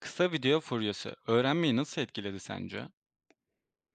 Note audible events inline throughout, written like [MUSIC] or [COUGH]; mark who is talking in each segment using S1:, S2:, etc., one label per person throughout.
S1: Kısa video furyası öğrenmeyi nasıl etkiledi sence?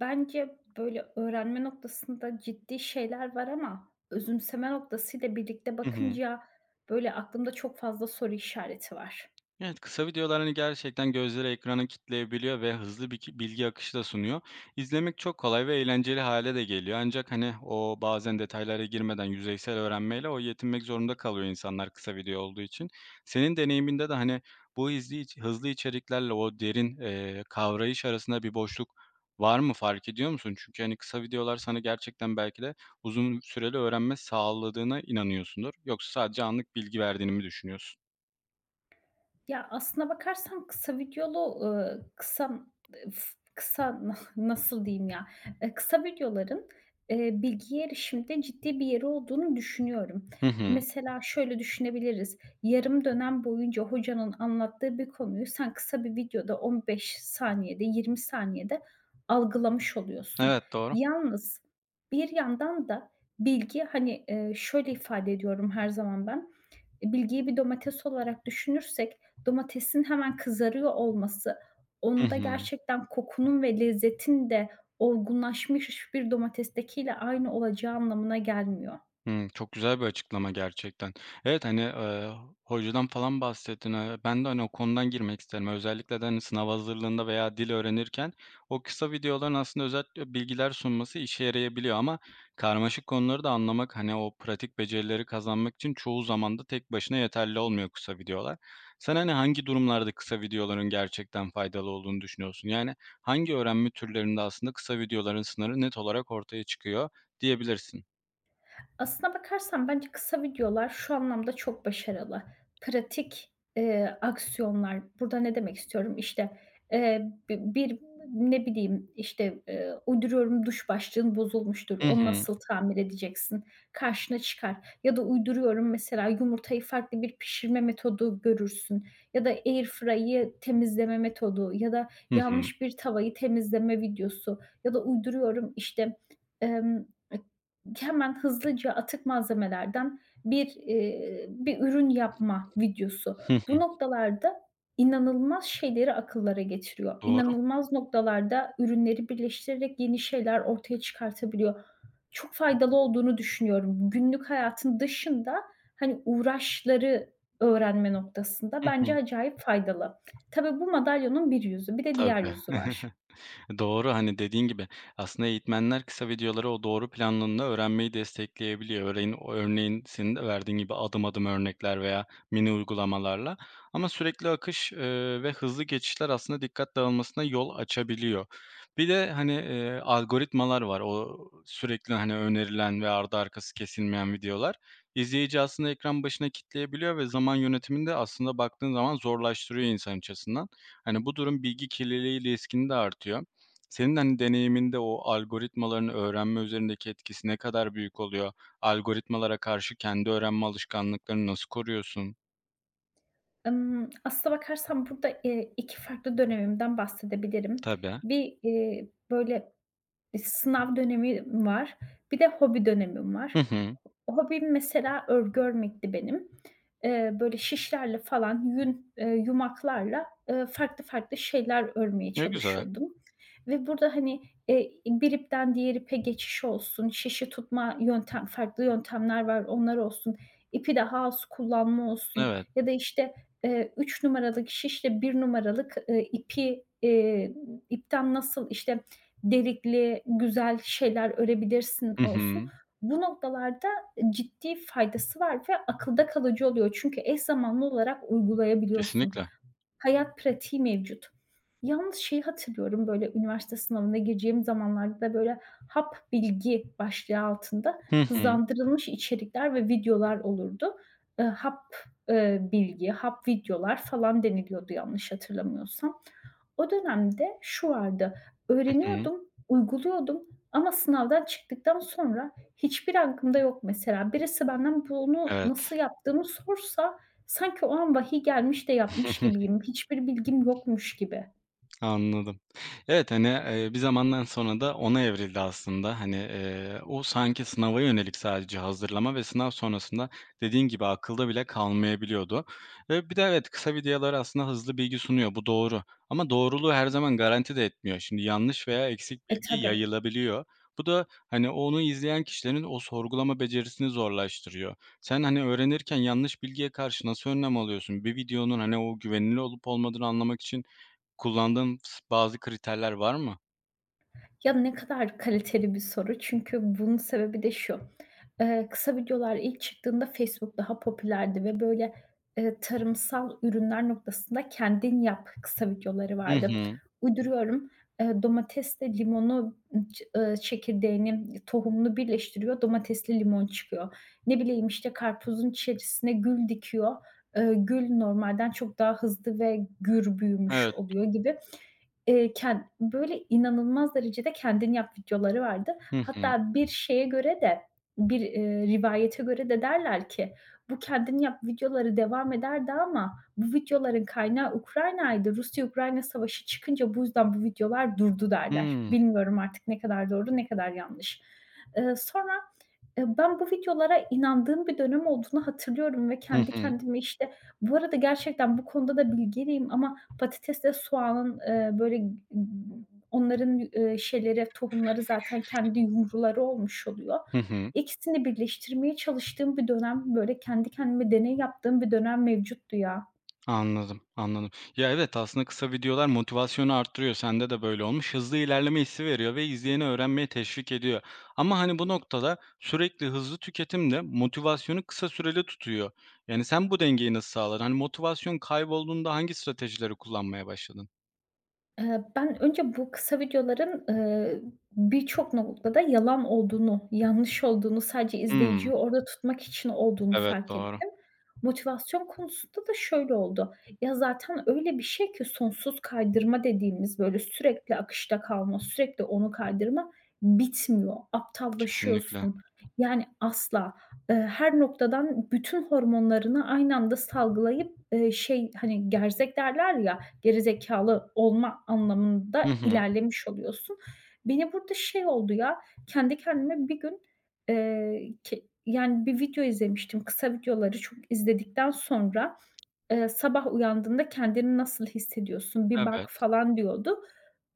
S2: Bence böyle öğrenme noktasında ciddi şeyler var ama özümseme noktasıyla birlikte
S1: Hı hı.
S2: bakınca böyle aklımda çok fazla soru işareti var.
S1: Evet, kısa videolar, hani, gerçekten gözleri ekrana kitleyebiliyor ve hızlı bir bilgi akışı da sunuyor. İzlemek çok kolay ve eğlenceli hale de geliyor ancak, hani, o bazen detaylara girmeden yüzeysel öğrenmeyle o yetinmek zorunda kalıyor insanlar kısa video olduğu için. Senin deneyiminde de, hani, bu hızlı içeriklerle o derin, kavrayış arasında bir boşluk var mı? Fark ediyor musun? Çünkü, hani, kısa videolar sana gerçekten belki de uzun süreli öğrenme sağladığına inanıyorsundur. Yoksa sadece anlık bilgi verdiğini mi düşünüyorsun?
S2: Ya, aslına bakarsan kısa videolu, kısa f kısa [LAUGHS] nasıl diyeyim ya, kısa videoların, bilgiye erişimde ciddi bir yeri olduğunu düşünüyorum.
S1: Hı hı.
S2: Mesela şöyle düşünebiliriz, yarım dönem boyunca hocanın anlattığı bir konuyu sen kısa bir videoda 15 saniyede, 20 saniyede algılamış oluyorsun.
S1: Evet, doğru.
S2: Yalnız bir yandan da bilgi, hani, şöyle ifade ediyorum her zaman ben, bilgiyi bir domates olarak düşünürsek domatesin hemen kızarıyor olması,
S1: Hı
S2: onda
S1: hı.
S2: gerçekten kokunun ve lezzetin de olgunlaşmış bir domatestekiyle aynı olacağı anlamına gelmiyor.
S1: Hımm, çok güzel bir açıklama gerçekten. Evet, hani, hocadan falan bahsettin. Ben de, hani, o konudan girmek isterim. Özellikle de, hani, sınav hazırlığında veya dil öğrenirken o kısa videoların aslında özet bilgiler sunması işe yarayabiliyor ama karmaşık konuları da anlamak, hani, o pratik becerileri kazanmak için çoğu zaman da tek başına yeterli olmuyor kısa videolar. Sen, hani, hangi durumlarda kısa videoların gerçekten faydalı olduğunu düşünüyorsun? Yani hangi öğrenme türlerinde aslında kısa videoların sınırı net olarak ortaya çıkıyor diyebilirsin?
S2: Aslına bakarsan bence kısa videolar şu anlamda çok başarılı. Pratik, aksiyonlar. Burada ne demek istiyorum? İşte, bir, ne bileyim, işte, uyduruyorum duş başlığın bozulmuştur.
S1: Hı
S2: Onu
S1: hı.
S2: nasıl tamir edeceksin? Karşına çıkar ya da uyduruyorum mesela yumurtayı farklı bir pişirme metodu görürsün ya da airfryer'ı temizleme metodu ya da
S1: Hı hı.
S2: yanlış bir tavayı temizleme videosu ya da uyduruyorum, işte, emm, hemen hızlıca atık malzemelerden bir ürün yapma videosu.
S1: Hı hı.
S2: Bu noktalarda inanılmaz şeyleri akıllara getiriyor.
S1: Doğru.
S2: İnanılmaz noktalarda ürünleri birleştirerek yeni şeyler ortaya çıkartabiliyor. Çok faydalı olduğunu düşünüyorum. Günlük hayatın dışında, hani, uğraşları öğrenme noktasında
S1: Hı hı.
S2: bence acayip faydalı. Tabii bu madalyonun bir yüzü, bir de diğer
S1: Tabii.
S2: yüzü var.
S1: [LAUGHS] Doğru, hani, dediğin gibi aslında eğitmenler kısa videoları o doğru planlılığında öğrenmeyi destekleyebiliyor. Örneğin senin de verdiğin gibi adım adım örnekler veya mini uygulamalarla ama sürekli akış, ve hızlı geçişler aslında dikkat dağılmasına yol açabiliyor. Bir de, hani, algoritmalar var. O sürekli, hani, önerilen ve ardı arkası kesilmeyen videolar. İzleyici aslında ekran başına kitleyebiliyor ve zaman yönetiminde aslında baktığın zaman zorlaştırıyor insan açısından. Hani, bu durum bilgi kirliliği riskini de artıyor. Senin, hani, deneyiminde o algoritmaların öğrenme üzerindeki etkisi ne kadar büyük oluyor? Algoritmalara karşı kendi öğrenme alışkanlıklarını nasıl koruyorsun?
S2: Aslına bakarsan burada, 2 farklı dönemimden bahsedebilirim.
S1: Tabii.
S2: Bir, böyle bir sınav dönemim var. Bir de hobi dönemim
S1: Hı
S2: var.
S1: hı.
S2: Hobim mesela örgü örmekti benim. Böyle şişlerle falan yün, yumaklarla, farklı farklı şeyler örmeye
S1: Ne güzel.
S2: çalışıyordum ve burada, hani, bir ipten diğer ipe geçiş olsun, şişi tutma yöntem farklı yöntemler var, onlar olsun, ipi daha az kullanma olsun
S1: Evet.
S2: ya da, işte, 3 numaralık şişle bir numaralık, ipi, ipten nasıl, işte, delikli, güzel şeyler örebilirsin
S1: Hı
S2: olsun.
S1: hı.
S2: Bu noktalarda ciddi faydası var ve akılda kalıcı oluyor. Çünkü eş zamanlı olarak uygulayabiliyorsun.
S1: Kesinlikle.
S2: Hayat pratiği mevcut. Yalnız şeyi hatırlıyorum, böyle, üniversite sınavına gireceğim zamanlarda da, böyle, hap bilgi başlığı altında
S1: Hı hı.
S2: hızlandırılmış içerikler ve videolar olurdu. Hap, bilgi, hap videolar falan deniliyordu yanlış hatırlamıyorsam. O dönemde şu vardı,
S1: Hı hı.
S2: öğreniyordum, uyguluyordum ama sınavdan çıktıktan sonra hiçbiri aklımda yok mesela. Birisi benden bunu
S1: Evet.
S2: nasıl yaptığımı sorsa sanki o an vahiy gelmiş de yapmış
S1: [LAUGHS]
S2: gibiyim. Hiçbir bilgim yokmuş gibi.
S1: Anladım. Evet, hani, bir zamandan sonra da ona evrildi aslında. Hani, o sanki sınava yönelik sadece hazırlama ve sınav sonrasında dediğin gibi akılda bile kalmayabiliyordu. Bir de evet, kısa videolar aslında hızlı bilgi sunuyor, bu doğru. Ama doğruluğu her zaman garanti de etmiyor. Şimdi yanlış veya eksik
S2: E,
S1: bilgi
S2: tabii.
S1: yayılabiliyor. Bu da, hani, onu izleyen kişilerin o sorgulama becerisini zorlaştırıyor. Sen, hani, öğrenirken yanlış bilgiye karşı nasıl önlem alıyorsun? Bir videonun, hani, o güvenilir olup olmadığını anlamak için kullandığın bazı kriterler var mı?
S2: Ya, ne kadar kaliteli bir soru çünkü bunun sebebi de şu: Kısa videolar ilk çıktığında Facebook daha popülerdi ve böyle, tarımsal ürünler noktasında kendin yap kısa videoları
S1: Hı
S2: vardı.
S1: hı.
S2: Uyduruyorum, domatesle limonu, ç çekirdeğini, tohumunu birleştiriyor, domatesli limon çıkıyor. Ne bileyim, işte, karpuzun içerisine gül dikiyor, gül normalden çok daha hızlı ve gür büyümüş
S1: Evet.
S2: oluyor gibi. Ken Böyle inanılmaz derecede kendin yap videoları vardı.
S1: Hı hı.
S2: Hatta bir rivayete göre de derler ki, bu kendin yap videoları devam ederdi ama bu videoların kaynağı Ukrayna'ydı. Rusya-Ukrayna savaşı çıkınca bu yüzden bu videolar durdu derler.
S1: Hımm.
S2: Bilmiyorum artık ne kadar doğru, ne kadar yanlış. Sonra, ben bu videolara inandığım bir dönem olduğunu hatırlıyorum ve
S1: Hı
S2: kendi
S1: hı.
S2: kendime, işte, bu arada gerçekten bu konuda da bilgeliyim ama patatesle soğanın, böyle, onların, şeyleri, tohumları zaten kendi yumruları olmuş oluyor.
S1: Hı hı.
S2: İkisini birleştirmeye çalıştığım bir dönem, böyle, kendi kendime deney yaptığım bir dönem mevcuttu ya.
S1: Anladım, anladım. Ya, evet, aslında kısa videolar motivasyonu arttırıyor. Sende de böyle olmuş. Hızlı ilerleme hissi veriyor ve izleyeni öğrenmeye teşvik ediyor. Ama, hani, bu noktada sürekli hızlı tüketim de motivasyonu kısa süreli tutuyor. Yani, sen bu dengeyi nasıl sağladın? Hani, motivasyon kaybolduğunda hangi stratejileri kullanmaya başladın?
S2: Ben önce bu kısa videoların, birçok noktada yalan olduğunu, yanlış olduğunu, sadece
S1: Hımm.
S2: izleyiciyi orada tutmak için olduğunu
S1: Evet,
S2: fark
S1: doğru.
S2: ettim. Motivasyon konusunda da şöyle oldu. Ya, zaten öyle bir şey ki sonsuz kaydırma dediğimiz, böyle, sürekli akışta kalma, sürekli onu kaydırma bitmiyor.
S1: Kesinlikle.
S2: Aptallaşıyorsun. Yani asla. Her noktadan bütün hormonlarını aynı anda salgılayıp, şey, hani, gerzek derler ya, gerizekalı olma anlamında
S1: Hı hı.
S2: ilerlemiş oluyorsun. Beni burada şey oldu ya, kendi kendime bir gün, ke yani bir video izlemiştim. Kısa videoları çok izledikten sonra, sabah uyandığında kendini nasıl hissediyorsun, bir bak
S1: Evet.
S2: falan diyordu.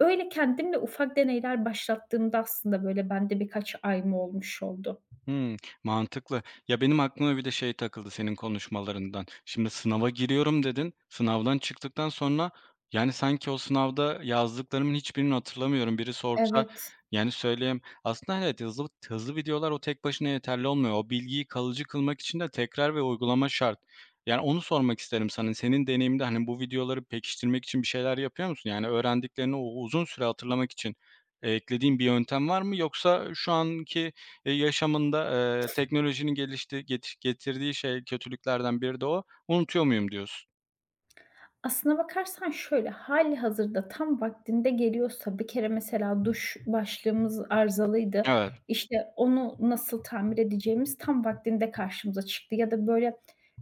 S2: Öyle kendimle ufak deneyler başlattığımda aslında böyle bende birkaç ay mı olmuş oldu.
S1: Hımm, mantıklı. Ya, benim aklıma bir de şey takıldı senin konuşmalarından. Şimdi sınava giriyorum dedin. Sınavdan çıktıktan sonra, yani, sanki o sınavda yazdıklarımın hiçbirini hatırlamıyorum. Biri sorsa,
S2: Evet.
S1: yani, söyleyeyim. Aslında evet, hızlı hızlı videolar o tek başına yeterli olmuyor. O bilgiyi kalıcı kılmak için de tekrar ve uygulama şart. Yani, onu sormak isterim sana. Senin deneyimde hani, bu videoları pekiştirmek için bir şeyler yapıyor musun? Yani, öğrendiklerini o uzun süre hatırlamak için, eklediğin bir yöntem var mı? Yoksa şu anki yaşamında, teknolojinin gelişti getiş getirdiği şey kötülüklerden biri de o. Unutuyor muyum diyorsun.
S2: Aslına bakarsan şöyle, hali hazırda tam vaktinde geliyorsa bir kere mesela duş başlığımız arızalıydı.
S1: Evet.
S2: İşte, onu nasıl tamir edeceğimiz tam vaktinde karşımıza çıktı ya da böyle,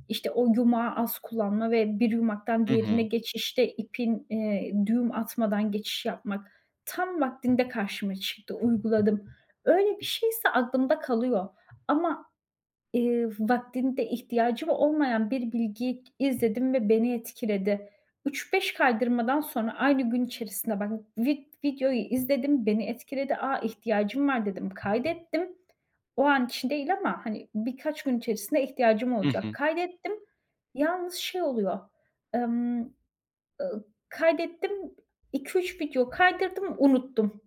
S2: işte, o yumağı az kullanma ve bir yumaktan
S1: Hı
S2: diğerine
S1: hı.
S2: geçişte ipin, düğüm atmadan geçiş yapmak tam vaktinde karşıma çıktı, uyguladım. Öyle bir şeyse aklımda kalıyor ama vaktinde ihtiyacım olmayan bir bilgiyi izledim ve beni etkiledi. 3-5 kaydırmadan sonra aynı gün içerisinde bak videoyu izledim, beni etkiledi. "A, ihtiyacım var." dedim, kaydettim. O an için değil ama, hani, birkaç gün içerisinde ihtiyacım
S1: Hı
S2: olacak.
S1: hı.
S2: Kaydettim. Yalnız şey oluyor, emm, kaydettim, 2-3 video kaydırdım, unuttum.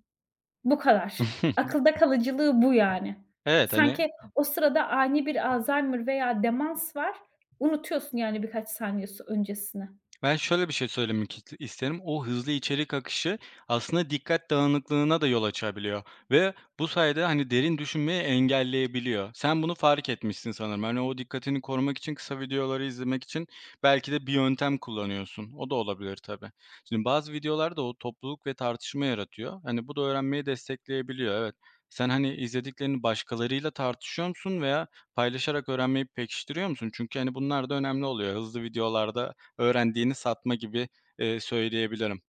S2: Bu kadar.
S1: [LAUGHS]
S2: Akılda kalıcılığı bu yani.
S1: Evet, hani.
S2: Sanki o sırada ani bir Alzheimer veya demans var, unutuyorsun yani birkaç saniye öncesini.
S1: Ben şöyle bir şey söylemek isterim. O hızlı içerik akışı aslında dikkat dağınıklığına da yol açabiliyor ve bu sayede, hani, derin düşünmeyi engelleyebiliyor. Sen bunu fark etmişsin sanırım. Hani, o dikkatini korumak için kısa videoları izlemek için belki de bir yöntem kullanıyorsun. O da olabilir tabii. Şimdi bazı videolar da o topluluk ve tartışma yaratıyor. Hani, bu da öğrenmeyi destekleyebiliyor, evet. Sen, hani, izlediklerini başkalarıyla tartışıyor musun veya paylaşarak öğrenmeyi pekiştiriyor musun? Çünkü, hani, bunlar da önemli oluyor. Hızlı videolarda öğrendiğini satma gibi, söyleyebilirim.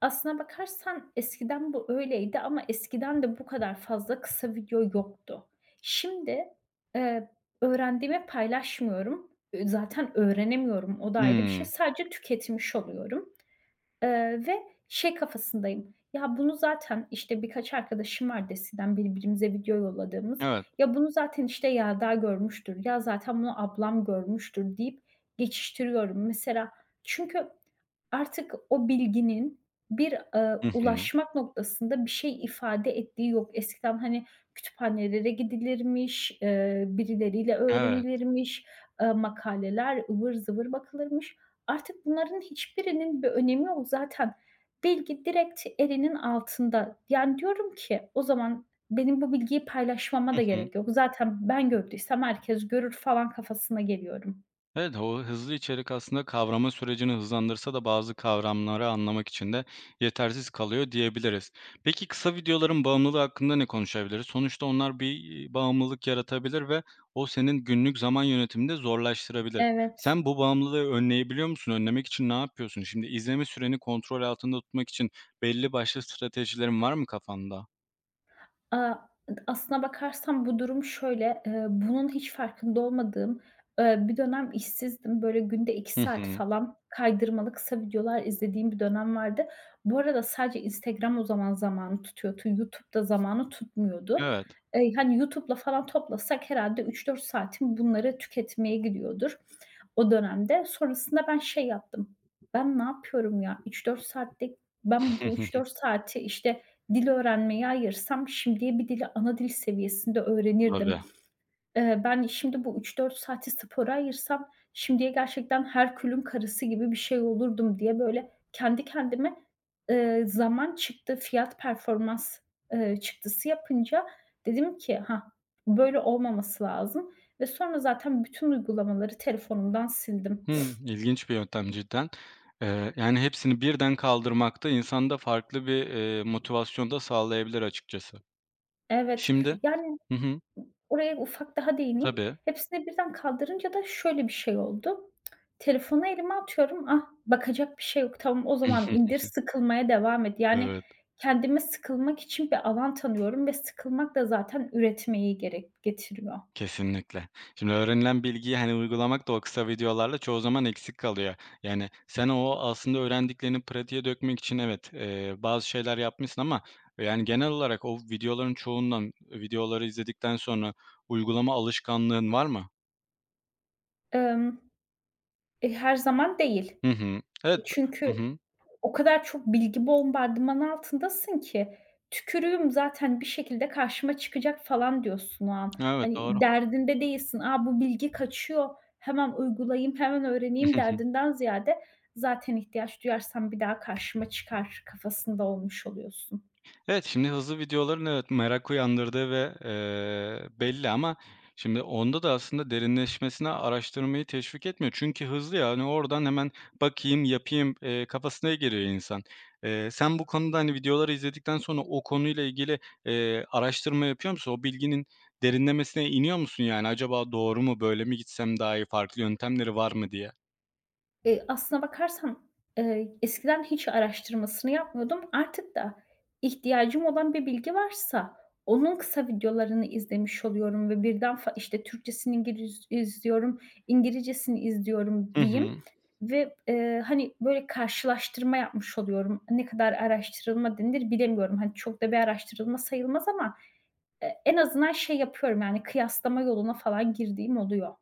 S2: Aslına bakarsan eskiden bu öyleydi ama eskiden de bu kadar fazla kısa video yoktu. Şimdi, eee, öğrendiğimi paylaşmıyorum. Zaten öğrenemiyorum, o da ayrı bir şey.
S1: Hımm.
S2: Sadece tüketmiş oluyorum. Ve şey kafasındayım, ya bunu zaten, işte, birkaç arkadaşım vardı eskiden birbirimize video yolladığımız.
S1: Evet.
S2: Ya bunu zaten, işte, Yelda görmüştür, ya zaten bunu ablam görmüştür deyip geçiştiriyorum. Mesela çünkü artık o bilginin
S1: Hı hı.
S2: ulaşmak noktasında bir şey ifade ettiği yok. Eskiden, hani, kütüphanelere gidilirmiş, birileriyle
S1: Evet.
S2: öğrenilirmiş, makaleler ıvır zıvır bakılırmış. Artık bunların hiçbirinin bir önemi yok zaten. Bilgi direkt elinin altında. Yani, diyorum ki o zaman benim bu bilgiyi paylaşmama
S1: Hı
S2: da
S1: hı.
S2: gerek yok. Zaten ben gördüysem herkes görür falan kafasına geliyorum.
S1: Evet, o hızlı içerik aslında kavrama sürecini hızlandırsa da bazı kavramları anlamak için de yetersiz kalıyor diyebiliriz. Peki kısa videoların bağımlılığı hakkında ne konuşabiliriz? Sonuçta onlar bir, bağımlılık yaratabilir ve o senin günlük zaman yönetimini de zorlaştırabilir.
S2: Evet.
S1: Sen bu bağımlılığı önleyebiliyor musun? Önlemek için ne yapıyorsun? Şimdi izleme süreni kontrol altında tutmak için belli başlı stratejilerin var mı kafanda?
S2: Aaa, Aslına bakarsan bu durum şöyle, bunun hiç farkında olmadığım, bir dönem işsizdim. Böyle günde iki
S1: Hı
S2: saat
S1: hı.
S2: falan kaydırmalı kısa videolar izlediğim bir dönem vardı. Bu arada sadece Instagram o zaman zamanı tutuyordu. YouTube da zamanı tutmuyordu.
S1: Evet.
S2: Hani, YouTube'la falan toplasak herhâlde üç dört saatim bunları tüketmeye gidiyordur o dönemde. Sonrasında ben şey yaptım, "Ben ne yapıyorum ya? Üç dört saatlik Ben bu üç dört
S1: [LAUGHS]
S2: saati, işte, dil öğrenmeye ayırsam şimdiye bir dili ana dil seviyesinde öğrenirdim.
S1: Tabii.
S2: Ben şimdi bu üç dört saati spora ayırsam şimdiye gerçekten Herkül'ün karısı gibi bir şey olurdum diye böyle kendi kendime, zaman çıktı, fiyat performans, çıktısı yapınca dedim ki "Hah, böyle olmaması lazım." ve sonra zaten bütün uygulamaları telefonumdan sildim.
S1: Hımm, ilginç bir yöntem cidden. Yani, hepsini birden kaldırmak da insanda farklı bir, motivasyon da sağlayabilir açıkçası.
S2: Evet,
S1: Şimdi.
S2: yani
S1: Hı hı.
S2: oraya ufak daha değineyim.
S1: Tabii.
S2: Hepsini birden kaldırınca da şöyle bir şey oldu. Telefonu elime atıyorum. Ah, bakacak bir şey yok. Tamam, o zaman indir,
S1: [LAUGHS]
S2: sıkılmaya devam et. Yani
S1: Evet,
S2: kendime sıkılmak için bir alan tanıyorum ve sıkılmak da zaten üretmeyi gerek getiriyor.
S1: kesinlikle. Şimdi öğrenilen bilgiyi, hani, uygulamak da o kısa videolarla çoğu zaman eksik kalıyor. Yani, sen o aslında öğrendiklerini pratiğe dökmek için evet, bazı şeyler yapmışsın ama, yani, genel olarak o videoların çoğundan videoları izledikten sonra uygulama alışkanlığın var mı?
S2: Emm, Her zaman değil.
S1: Hı hı. Evet.
S2: Çünkü
S1: Hı hı.
S2: o kadar çok bilgi bombardımanı altındasın ki "Tükürüğüm zaten bir şekilde karşıma çıkacak." falan diyorsun o an.
S1: Evet,
S2: Hani
S1: doğru.
S2: derdinde değilsin, Aa bu bilgi kaçıyor, hemen uygulayayım, hemen öğreneyim."
S1: [LAUGHS]
S2: derdinden ziyade "Zaten ihtiyaç duyarsam bir daha karşıma çıkar." kafasında olmuş oluyorsun.
S1: Evet, şimdi hızlı videoların evet, merak uyandırdığı ve, belli ama şimdi onda da aslında derinleşmesine araştırmayı teşvik etmiyor. Çünkü hızlı yani oradan hemen bakayım, yapayım, kafasına giriyor insan. Sen bu konuda, hani, videoları izledikten sonra o konuyla ilgili, araştırma yapıyor musun? O bilginin derinlemesine iniyor musun yani? Acaba doğru mu, böyle mi gitsem daha iyi, farklı yöntemleri var mı diye?
S2: Aslına bakarsan, eskiden hiç araştırmasını yapmıyordum. Artık da ihtiyacım olan bir bilgi varsa onun kısa videolarını izlemiş oluyorum ve birden işte Türkçesini İngiliz izliyorum, İngilizcesini izliyorum
S1: Hı
S2: diyeyim
S1: hı.
S2: ve, hani, böyle karşılaştırma yapmış oluyorum. Ne kadar araştırılma denilir bilemiyorum. Hani, çok da bir araştırılma sayılmaz ama en azından şey yapıyorum, yani, kıyaslama yoluna falan girdiğim oluyor.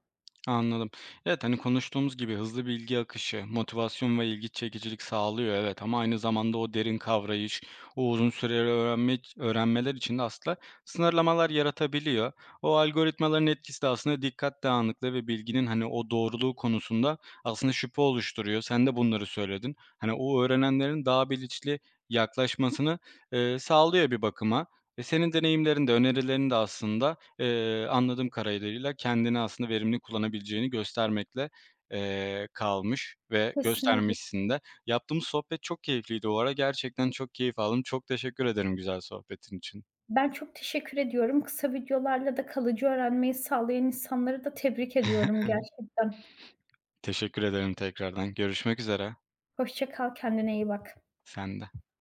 S1: Anladım. Evet, hani, konuştuğumuz gibi hızlı bilgi akışı, motivasyon ve ilgi çekicilik sağlıyor, evet. Ama aynı zamanda o derin kavrayış, o uzun süreli öğrenmeler için de aslında sınırlamalar yaratabiliyor. O algoritmaların etkisi de aslında dikkat dağınıklığı ve bilginin, hani, o doğruluğu konusunda aslında şüphe oluşturuyor. Sen de bunları söyledin. Hani, o öğrenenlerin daha bilinçli yaklaşmasını, sağlıyor bir bakıma. Ve senin deneyimlerin de önerilerin de aslında anladığım kadarıyla kendini aslında verimli kullanabileceğini göstermekle, kalmış ve
S2: Kesinlikle.
S1: göstermişsin de. Yaptığımız sohbet çok keyifliydi bu arada. Gerçekten çok keyif aldım. Çok teşekkür ederim güzel sohbetin için.
S2: Ben çok teşekkür ediyorum. Kısa videolarla da kalıcı öğrenmeyi sağlayan insanları da tebrik
S1: [LAUGHS]
S2: ediyorum gerçekten.
S1: Teşekkür ederim tekrardan. Görüşmek üzere.
S2: Hoşça kal, kendine iyi bak.
S1: Sen de.